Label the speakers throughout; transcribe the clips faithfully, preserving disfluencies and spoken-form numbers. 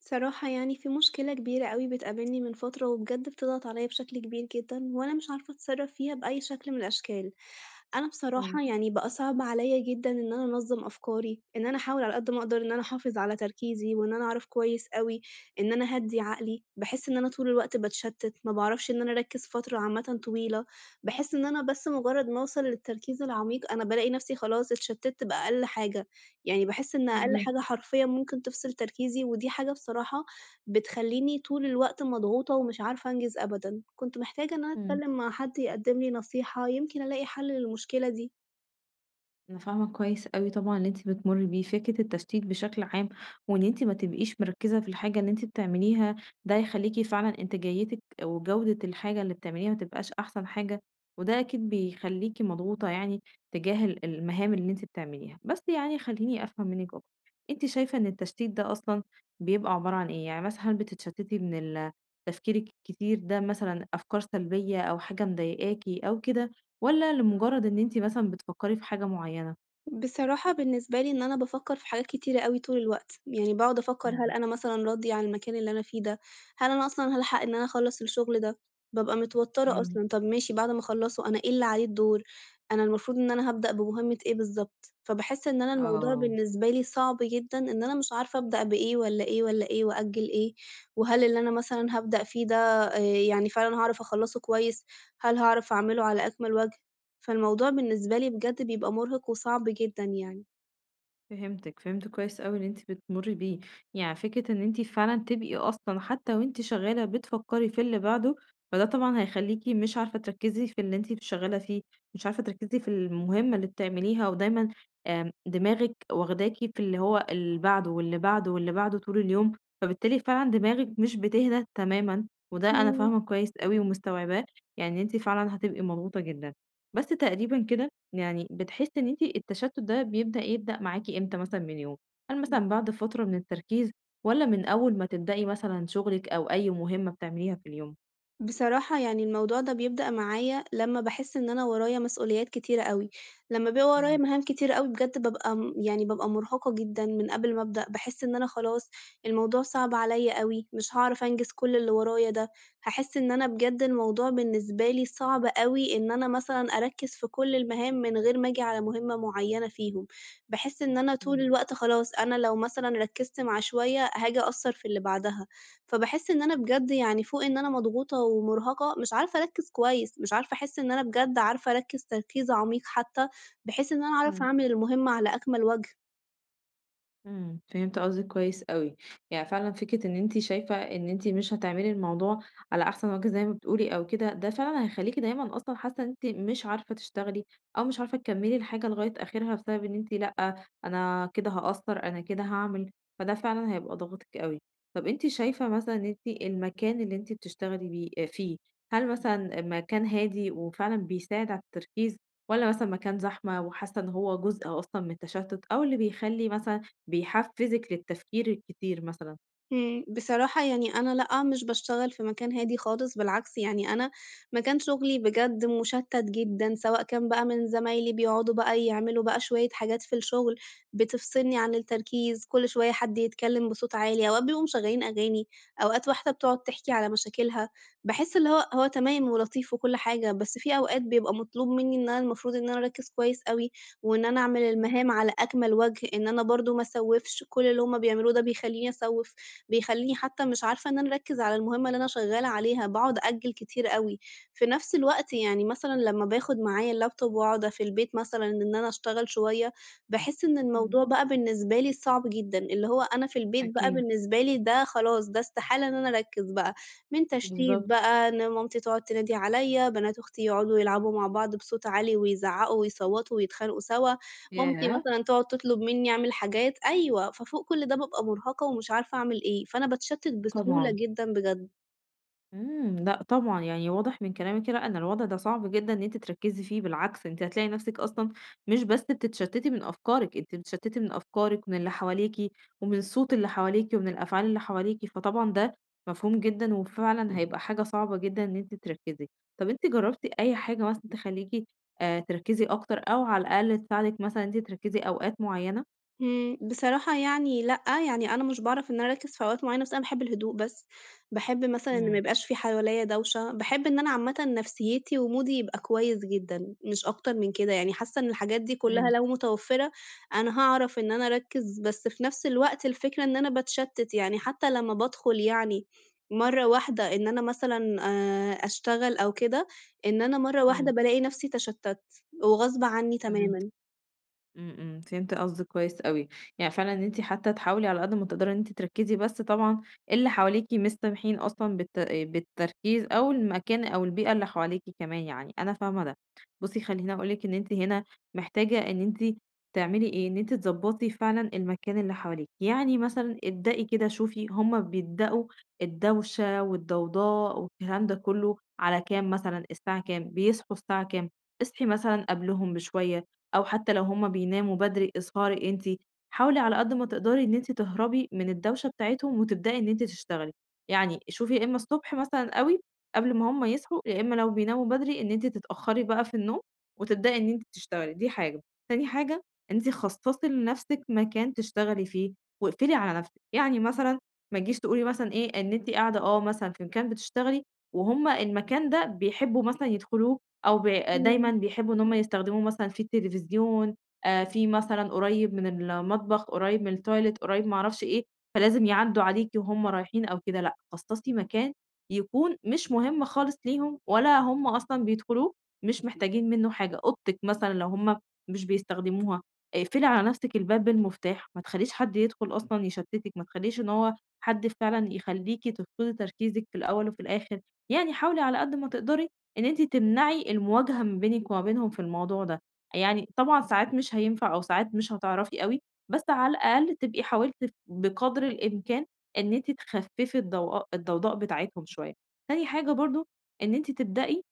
Speaker 1: صراحة يعني في مشكلة كبيرة أوي بتقابلني من فترة وبجد بتضغط عليا بشكل كبير جدًا، وأنا مش عارفة أتصرّف فيها بأي شكل من الأشكال. أنا
Speaker 2: إمم،
Speaker 1: بصراحة يعني بقى صعب عليا جدًا إن أنا أنظّم أفكاري، إن أنا أحاول على قد ما أقدر إن أنا أحافظ على تركيزي، وإن أنا أعرف كويس أوي إن أنا أهدّي عقلي، باحس إن أنا طول الوقت باتشتت، ما باعرفش إن أنا أركّز فترة عامةً طويلة، باحس إن أنا بس مجرد ما أوصل للتركيز العميق أنا بالاقي نفسي خلاص اتشتّت بأقل حاجة. يعني باحس إن
Speaker 2: إمم،
Speaker 1: أقل
Speaker 2: فاهماكِ.
Speaker 1: حاجة حرفيًا ممكن تفصل تركيزي، ودي حاجة بصراحة بتخلّيني طول الوقت مضغوطة ومش عارفة أنجز أبدًا. كنت محتاجة إن أنا
Speaker 2: إمم،
Speaker 1: أتكلم مع حد يقدّم لي نصيحة، يمكن ألاقي حل للمشكلة دي.
Speaker 2: أنا فاهمة كويس أوي طبعًا اللي أنتِ بتمُرّي بيه، فكرة التشتيت بشكل عام، وإن أنتِ ما تبقيش مركّزة في الحاجة اللي أنتِ بتعمليها، ده هيخلّيكِ فعلًا إنتاجيتِك وجودة الحاجة اللي بتعمليها ما تبقاش أحسن حاجة، وده أكيد بيخلّيكِ مضغوطة يعني تجاه ال المهام اللي أنتِ بتعمليها. بس يعني خلّيني أفهم منِّك أكتر، أنتِ شايفة إن التشتيت ده أصلًا بيبقى عبارة عن إيه؟ يعني مثلًا هل بتتشتتي من ال تفكيرِك الكتير ده مثلًا أفكار سلبية أو حاجة مضايقاكِ أو كده؟ والّا لمجرد إن أنتِ مثلًا بتفكّري في حاجة معيّنة؟
Speaker 1: بصراحة بالنسبة لي إن أنا بافكّر في حاجات كتيرة أوي طول الوقت، يعني باقعد أفكّر هل
Speaker 2: إمم،
Speaker 1: أنا مثلًا راضية عن المكان اللي أنا فيه ده؟ هل أنا أصلًا هالحق إن أنا أخلّص الشغل ده؟ بابقى متوتّرة
Speaker 2: إمم.
Speaker 1: أصلًا، طَب ماشي بعد ما أخلّصه أنا إيه اللي عليه الدور؟ أنا المفروض إن أنا هابدأ بمهمة إيه بالضبط؟ فباحس إن أنا الموضوع
Speaker 2: آه،
Speaker 1: بالنسبة لي صعب جدًا، إن أنا مش عارفة أبدأ بإيه والّا إيه والّا إيه وأأجّل إيه؟ وهل اللي أنا مثلًا هابدأ فيه ده آآ يعني فعلًا هاعرف أخلّصه كويس؟ هل هاعرف أعمله على أكمل وجه؟ فالموضوع بالنسبة لي بجد بيبقى مُرهِق وصعب جدًا يعني.
Speaker 2: فهمتِك، فهمت كويس أوي اللي أنتِ بتمُرّي بيه، يعني فكرة إن أنتِ فعلًا تبقي أصلًا حتى وأنتِ شغّالة بتفكّري في اللي بعده، فده طبعًا هيخلّيكِ مش عارفة تركّزي في اللي أنتِ شغّالة فيه، مش عارفة تركّزي في المهمة اللي بتعمليها، ودايمًا آمم، دماغِك واخداكِ في اللي هو اللي بعده، واللي بعده، واللي بعده طول اليوم، فبالتالي فعلًا دماغِك مش بتهدى تمامًا، وده أنا
Speaker 1: إمم،
Speaker 2: فاهمة كويس أوي ومستوعباه، يعني أنتِ فعلًا هتبقي مضغوطة جدًا. بس تقريبًا كده يعني بتحسي إن أنتِ التشتُّت ده بيبدأ يبدأ معاكِ إمتى مثلًا من يوم؟ هل
Speaker 1: إمم.
Speaker 2: مثلًا بعد فترة من التركيز والّا من أول ما تبدئي مثلًا شُغلِك أو أي مهمة بتعمليها في اليوم؟
Speaker 1: بصراحة يعني الموضوع ده بيبدأ معايا لمّا باحس إن أنا ورايا مسؤوليات كتيرة أوي، لمّا بيبقى ورايا
Speaker 2: إمم،
Speaker 1: مهام كتيرة أوي بجد بابقى م يعني بابقى مرهقة جدًا من قبل ما أبدأ، باحس إن أنا خلاص الموضوع صعب عليَّ أوي، مش هاعرف أنجز كل اللي ورايا ده، هاحس إن أنا بجد الموضوع بالنسبة لي صعب أوي إن أنا مثلًا أركّز في كل المهام من غير ما آجي على مهمة معينة فيهم، باحس إن أنا طول
Speaker 2: إمم،
Speaker 1: الوقت خلاص أنا لو مثلًا ركّزت مع شوية هاجي أأثّر في اللي بعدها. فباحس إن أنا بجد يعني فوق إن أنا مضغوطة ومُرهقة، مش عارفة أركّز كويس، مش عارفة أحس إن أنا بجد عارفة أركّز تركيز عميق حتى، بحيث إن أنا أعرف
Speaker 2: إمم.
Speaker 1: أعمل المهمة على أكمل وجه.
Speaker 2: إمم، فهمت قصدِك كويس أوي، يعني فعلًا فكرة إن أنتِ شايفة إن أنتِ مش هتعملي الموضوع على أحسن وجه زي ما بتقولي أو كده، ده فعلًا هيخلّيكِ دايمًا أصلًا حاسة إن أنتِ مش عارفة تشتغلي، أو مش عارفة تكمّلي الحاجة لغاية آخرها بسبب إن أنتِ لأ، أنا كده هاقصّر، أنا كده هاعمل، فده فعلًا هيبقى ضاغطِك أوي. طَب أنتِ شايفة مثلًا إن أنتِ المكان اللي أنتِ بتشتغلي بيه آآ فيه، هل مثلًا مكان هادي وفعلًا بيساعد على التركيز، والّا مثلًا مكان زحمة وحاسة إن هو جزء أصلًا من التشتُّت، أو اللي بيخلّي مثلًا بيحفّزِك للتفكير الكتير مثلًا.
Speaker 1: إمم، بصراحة يعني أنا لأ، مش باشتغل في مكان هادي خالص، بالعكس يعني أنا مكان شغلي بجد مُشتّت جدًا، سواء كان بقى من زمايلي بيقعدوا بقى يعملوا بقى شوية حاجات في الشغل بتفصلني عن التركيز، كل شوية حد يتكلم بصوت عالي، أوقات بيبقوا مشغّلين أغاني، أوقات واحدة بتقعد تحكي على مشاكلها، باحس اللي هو هو تمام ولطيف وكل حاجة، بس في أوقات بيبقى مطلوب منّي إن أنا المفروض إن أنا أركّز كويس أوي، وإن أنا أعمل
Speaker 2: إمم،
Speaker 1: المهام على أكمل وجه، إن أنا برضه ما أسوّفش، كل اللي هُم بيعملوه ده بيخلّيني أسوّف. بيخلّيني حتى مش عارفة إن أنا أركّز على المهمة اللي أنا شغّالة عليها، باقعد أأجّل كتير أوي. في نفس الوقت يعني مثلًا لمّا باخد معايا الlaptop وأقعد في البيت مثلًا إن أنا أشتغل شوية، باحس إن
Speaker 2: إمم.
Speaker 1: الموضوع بقى بالنسبة لي صعب جدًا، اللي هو أنا في البيت بقى
Speaker 2: أكيد،
Speaker 1: بالنسبة لي ده خلاص، ده استحالة إن أنا أركّز بقى، من تشتيت
Speaker 2: بالضبط.
Speaker 1: بقى، إن مامتي تقعد تنادي عليَّ، بنات أختي يقعدوا يلعبوا مع بعض بصوت عالي ويزعّقوا ويصوّتوا ويتخانقوا سوا. مامتي
Speaker 2: ياه!
Speaker 1: مثلًا تقعد تطلب منّي أعمل حاجات أيوه، ففوق كل ده بابقى مرهقة ومش عارفة أعمل إيه، فأنا باتشتت بسهولة
Speaker 2: طبعًا.
Speaker 1: جدًا بجد.
Speaker 2: إمم، لأ طبعًا، يعني واضح من كلامِك لأ، إن الوضع ده صعب جدًا إن أنتِ تركّزي فيه، بالعكس أنتِ هتلاقي نَفْسِك أصلًا مش بس بتتشتّتي من أفكارِك، أنتِ بتتشتّتي من أفكارِك ومن اللي حواليكِ ومن الصوت اللي حواليكِ ومن الأفعال اللي حواليكِ، فطبعًا ده مفهوم جدًا وفعلًا هيبقى حاجة صعبة جدًا إن أنتِ تركّزي. طَب أنتِ جرّبتِ أي حاجة مثلًا تخلّيكِ آآ تركّزي أكتر أو على الأقل تساعدِك مثلًا إن أنتِ تركّزي أوقات معيّنة؟
Speaker 1: إمم، بصراحة يعني لأ، يعني أنا مش باعرف إن أنا أركّز في أوقات معيّنة، بس أنا باحب الهدوء بس، باحب مثلًا إن ما
Speaker 2: إمم.
Speaker 1: يبقاش في حواليّا دوشة، باحب إن أنا عامةً نفسيتي ومودي يبقى كويس جدًا، مش أكتر من كده، يعني حاسة إن الحاجات دي كلّها
Speaker 2: فهمت.
Speaker 1: لو متوفرة، أنا هاعرف إن أنا أركّز، بس في نفس الوقت الفكرة إن أنا باتشتت، يعني حتى لمّا بادخل يعني مرّة واحدة إن أنا مثلًا آآ، أشتغل أو كده، إن أنا مرّة واحدة
Speaker 2: إمم.
Speaker 1: بالاقي نفسي تشتّتت، وغصب عني
Speaker 2: تمام.
Speaker 1: تمامًا.
Speaker 2: إمم، إمم، فهمت قصدِك كويس أوي، يعني فعلًا إن أنتِ حتى تحاولي على قد ما تقدري إن أنتِ تركّزي، بس طبعًا اللي حواليكِ مش سامحين أصلًا بالت بالتركيز أو المكان أو البيئة اللي حواليكِ كمان يعني، أنا فاهمة ده. بُصّي خلّيني أقول لِك إن أنتِ هنا محتاجة إن أنتِ تعملي إيه، إن أنتِ تضبّطي فعلًا المكان اللي حواليكِ، يعني مثلًا ابدئي كده شوفي هُم بيبدأوا الدوشة والضوضاء والكلام ده كلّه على كام مثلًا، الساعة كام، بيصحوا الساعة كام، اصحي مثلًا قبلهم بشوية، أو حتى لو هُم بيناموا بدري إسهري أنتِ، حاولي على قد ما تقدري إن أنتِ تهربي من الدوشة بتاعتهم وتبدئي إن أنتِ تشتغلي، يعني شوفي يا إما الصبح مثلًا أوي قبل ما هُم يصحوا، يا إما لو بيناموا بدري إن أنتِ تتأخري بقى في النوم وتبدئي إن أنتِ تشتغلي، دي حاجة. تاني حاجة إن أنتِ خصصي لنفسِك مكان تشتغلي فيه واقفلي على نفسِك، يعني مثلًا ما تجيش تقولي مثلًا إيه إن أنتِ قاعدة آه مثلًا في مكان بتشتغلي وهُم المكان ده بيحبوا مثلًا يدخلوه أو ب دايمًا
Speaker 1: إمم،
Speaker 2: بيحبّوا إن هم يستخدموه مثلًا في التلفزيون، آآ في مثلًا قريّب من المطبخ، قريّب من الtoilet، قريّب ما أعرفش إيه، فلازم يعدّوا عليكِ وهُم رايحين أو كده، لأ، خصّصي مكان يكون مش مهم خالص ليهم ولا هم أصلًا بيدخلوه، مش محتاجين منّه حاجة، أوضتِك مثلًا لو هم مش بيستخدموها، آه، اقفلي على نَفْسِك الباب بالمفتاح، ما تخلّيش حد يدخل أصلًا يشتِّتِك، ما تخلّيش إن هو حد فعلًا يخلّيكِ تفقدي تركيزِك في الأول وفي الآخر، يعني حاولي على قد ما تقدري إن أنتِ تمنعي المواجهة ما بينِك وما بينهم في الموضوع ده، يعني طبعًا ساعات مش هينفع أو ساعات مش هتعرفي أوي، بس على الأقل تبقي حاولتِ بقدر الإمكان إن أنتِ تخففي الضوءا الضوضاء بتاعتهم شوية. تاني حاجة برضه إن أنتِ تبدئي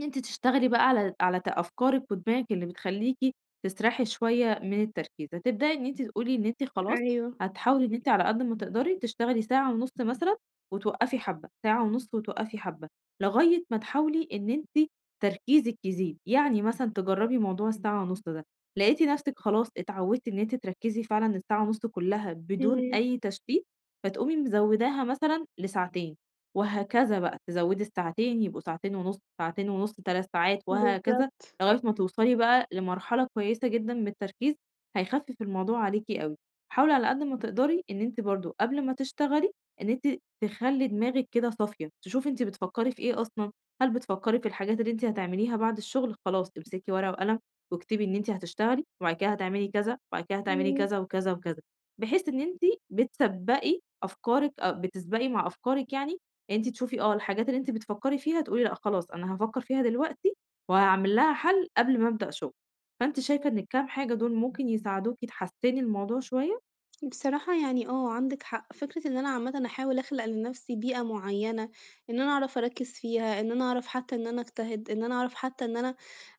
Speaker 2: أنتِ تشتغلي بقى على على ت أفكارِك ودماغِك اللي بتخلّيكِ تسرحي شوية من التركيز، هتبدئي إن أنتِ تقولي إن أنتِ خلاص
Speaker 1: أيوه،
Speaker 2: هتحاولي إن أنتِ على قد ما تقدري تشتغلي ساعة ونُص مثلًا وتوقّفي حبّة، ساعة ونُص وتوقّفي حبّة، لغاية ما تحاولي إن أنتِ تركيزِك يزيد، يعني مثلًا تجرّبي موضوع الساعة ونُص ده، لقيتِ نَفْسِك خلاص اتعوّدتِ إن أنتِ تركّزي فعلًا الساعة ونُص كُلّها بدون
Speaker 1: إمم.
Speaker 2: أي تشتيت، فتقومي مزوّداها مثلًا لساعتين. وهكذا بقى، تزوّدي الساعتين يبقوا ساعتين ونُص، ساعتين ونُص، ثلاث ساعات وهكذا،
Speaker 1: بالضبط،
Speaker 2: لغاية ما توصلي بقى لمرحلة كويسة جدًا من التركيز، هيخفِّف الموضوع عليكِ أوي. حاولي على قد ما تقدري إن أنتِ برضه قبل ما تشتغلي، إن أنتِ تخلّي دماغِك كده صافية، تشوفي أنتِ بتفكّري في إيه أصلًا، هل بتفكّري في الحاجات اللي أنتِ هتعمليها بعد الشغل؟ خلاص امسكي ورقة وقلم واكتبي إن أنتِ هتشتغلي، وبعد كده هتعملي كذا، وبعد كده هتعملي
Speaker 1: إمم.
Speaker 2: كذا وكذا وكذا، بحيث إن أنتِ بتسبّقي أفكارِك أ بتسبقي مع أفكارِك يعني أنتِ تشوفي آه، الحاجات اللي أنتِ بتفكّري فيها تقولي لأ خلاص أنا هافكّر فيها دلوقتي وهاعمل لها حَل قبل ما أبدأ شُغل. فأنتِ شايفة إن الكام حاجة دول ممكن يساعدوكِ تحسّني الموضوع شوية؟
Speaker 1: بصراحة يعني آه، عندِك حق. فكرة إن أنا عامةً أحاول أخلق لنفسي بيئة معيّنة، إن أنا أعرف أركّز فيها، إن أنا أعرف حتى إن أنا أجتهد، إن أنا أعرف حتى إن أنا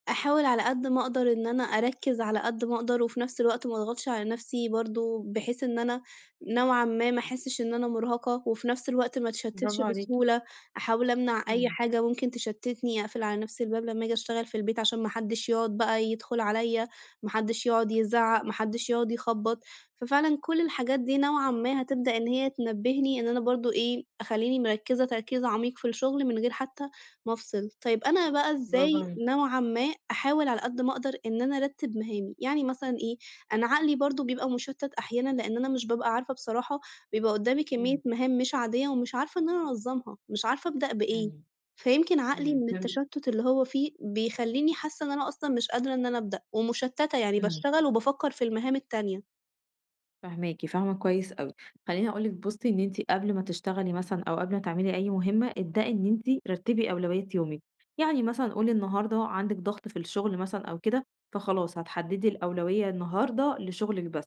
Speaker 1: أحاول على قد ما أقدر إن أنا أركّز على قد ما أقدر، وفي نفس الوقت ما أضغطش على نفسي برضه، بحيث إن أنا نوعًا ما ما أحسّش إن أنا مرهقة، وفي نفس الوقت ما أتشتّتش
Speaker 2: برافو عليكِ،
Speaker 1: بسهولة، أحاول أمنع أي
Speaker 2: إمم،
Speaker 1: حاجة ممكن تشتّتني، أقفل على نفسي الباب لمّا آجي أشتغل في البيت عشان ما حدّش يقعد بقى يدخل عليَّ، ما حدّش يقعد يزعّق، ما حدّش يقعد يخبّط، ففعلًا كل الحاجات دي نوعًا ما هتبدأ إن هي تنبّهني إن أنا برضه إيه، أخلّيني مركّزة تركيز عميق في الشغل من غير حتى وأفصل. طيب أنا بقى
Speaker 2: برافو
Speaker 1: إزاي
Speaker 2: عليكِ،
Speaker 1: نوعًا ما أحاول على قد ما أقدر إن أنا أرتّب مهامي، يعني مثلًا إيه، أنا عقلي برضه بيبقى مُشتّت أحيانًا لإن أنا مش بابقى عارفة بصراحة بيبقى قُدّامي كمية
Speaker 2: إمم،
Speaker 1: مهام مش عادية ومش عارفة إن أنا أنظّمها، مش عارفة أبدأ بإيه،
Speaker 2: إمم،
Speaker 1: فيمكن عقلي
Speaker 2: إمم.
Speaker 1: من
Speaker 2: فهمت،
Speaker 1: التشتُّت اللي هو فيه بيخلّيني حاسة إن أنا أصلًا مش قادرة إن أنا أبدأ ومُشتّتة، يعني
Speaker 2: إمم.
Speaker 1: باشتغل وبافكّر في المهام التانية.
Speaker 2: فاهماكِ، فاهمة كويس أوي. خلّيني أقول لِك بُصّي، إن أنتِ قبل ما تشتغلي مثلًا أو قبل ما تعملي أي مهمة، ابدئي إن أنتِ رتّبي أولويات يومِك. يعني مثلًا قولي النهارده عندِك ضغط في الشغل مثلًا أو كده، فخلاص هتحدّدي الأولوية النهارده لشغلِك بس،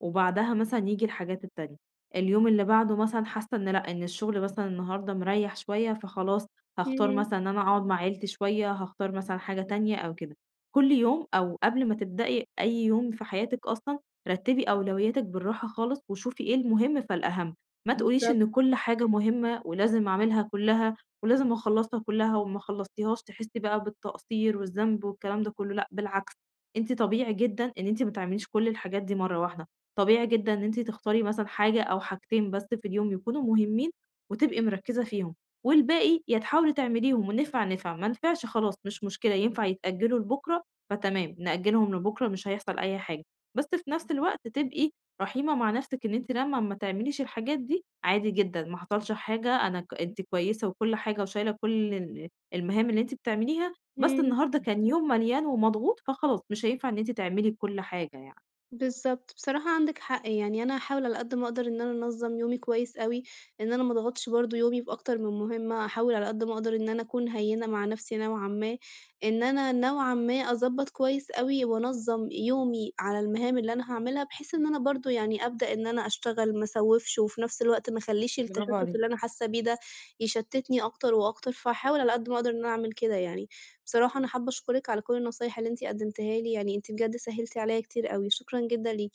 Speaker 2: وبعدها مثلًا ييجي الحاجات التانية. اليوم اللي بعده مثلًا حاسة إن لأ، إن الشغل مثلًا النهارده مريّح شوية، فخلاص هاختار
Speaker 1: إمم،
Speaker 2: مثلًا إن أنا أقعد مع عيلتي شوية، هاختار مثلًا حاجة تانية أو كده. كل يوم أو قبل ما تبدئي أي يوم في حياتِك أصلًا، رتّبي أولوياتِك بالراحة خالص، وشوفي إيه المهم فالأهم، ما تقوليش
Speaker 1: بالضبط،
Speaker 2: إن كل حاجة مهمة ولازم أعملها كلّها، ولازم أخلّصها كلّها، وما خلّصتيهاش تحسّي بقى بالتقصير والذنب والكلام ده كلّه، لأ بالعكس، أنتِ طبيعي جدًا إن أنتِ ما تعمليش كل الحاجات دي مرّة واحدة، طبيعي جدًا إن أنتِ تختاري مثلًا حاجة أو حاجتين بس في اليوم يكونوا مهمين، وتبقي مركّزة فيهم، والباقي يا تحاولي تعمليهم ونفع، نفع، ما نفعش خلاص مش مشكلة، ينفع يتأجّلوا لبُكرة، فتمام، نأجّلهم لبُكرة مش هيحصل أي حاجة. بس في نفس الوقت تبقي رحيمة مع نفسِك إن أنتِ لمّا ما تعمليش الحاجات دي عادي جدًا، ما حصلش حاجة، أنا ك أنتِ كويسة وكل حاجة وشايلة كل ال المهام اللي أنتِ بتعمليها، بس
Speaker 1: إمم.
Speaker 2: النهارده كان يوم مليان ومضغوط، فخلاص مش هينفع إن أنتِ تعملي كل حاجة يعني.
Speaker 1: بالضبط، بصراحة عندِك حق، يعني أنا هاحاول على قد ما أقدر إن أنا أنظّم يومي كويس أوي، إن أنا ما أضغطش برضه يومي بأكتر من مهمة، أحاول على قد ما أقدر إن أنا أكون هيِّنة مع نفسي نوعًا ما، إن أنا نوعًا ما أضبّط كويس أوي وأنظّم يومي على المهام اللي أنا هاعملها، بحيث إن أنا برضه يعني أبدأ إن أنا أشتغل ما اسوّفش، وفي نفس الوقت ما اخلّيش
Speaker 2: برافو
Speaker 1: التشتُّت اللي
Speaker 2: عليكِ.
Speaker 1: أنا حاسة بيه ده يشتِّتني أكتر وأكتر، فهاحاول على قد ما أقدر إن أنا أعمل كده يعني. بصراحة أنا حابة أشكرِك على كل النصايح اللي أنتِ قدّمتيها لي، يعني أنتِ بجد سهّلتِ عليّا كتير أوي، شكرًا جدًا ليكِ.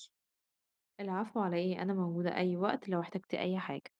Speaker 2: العفو على إيه، أنا موجودة أي وقت لو احتجتِ أي حاجة.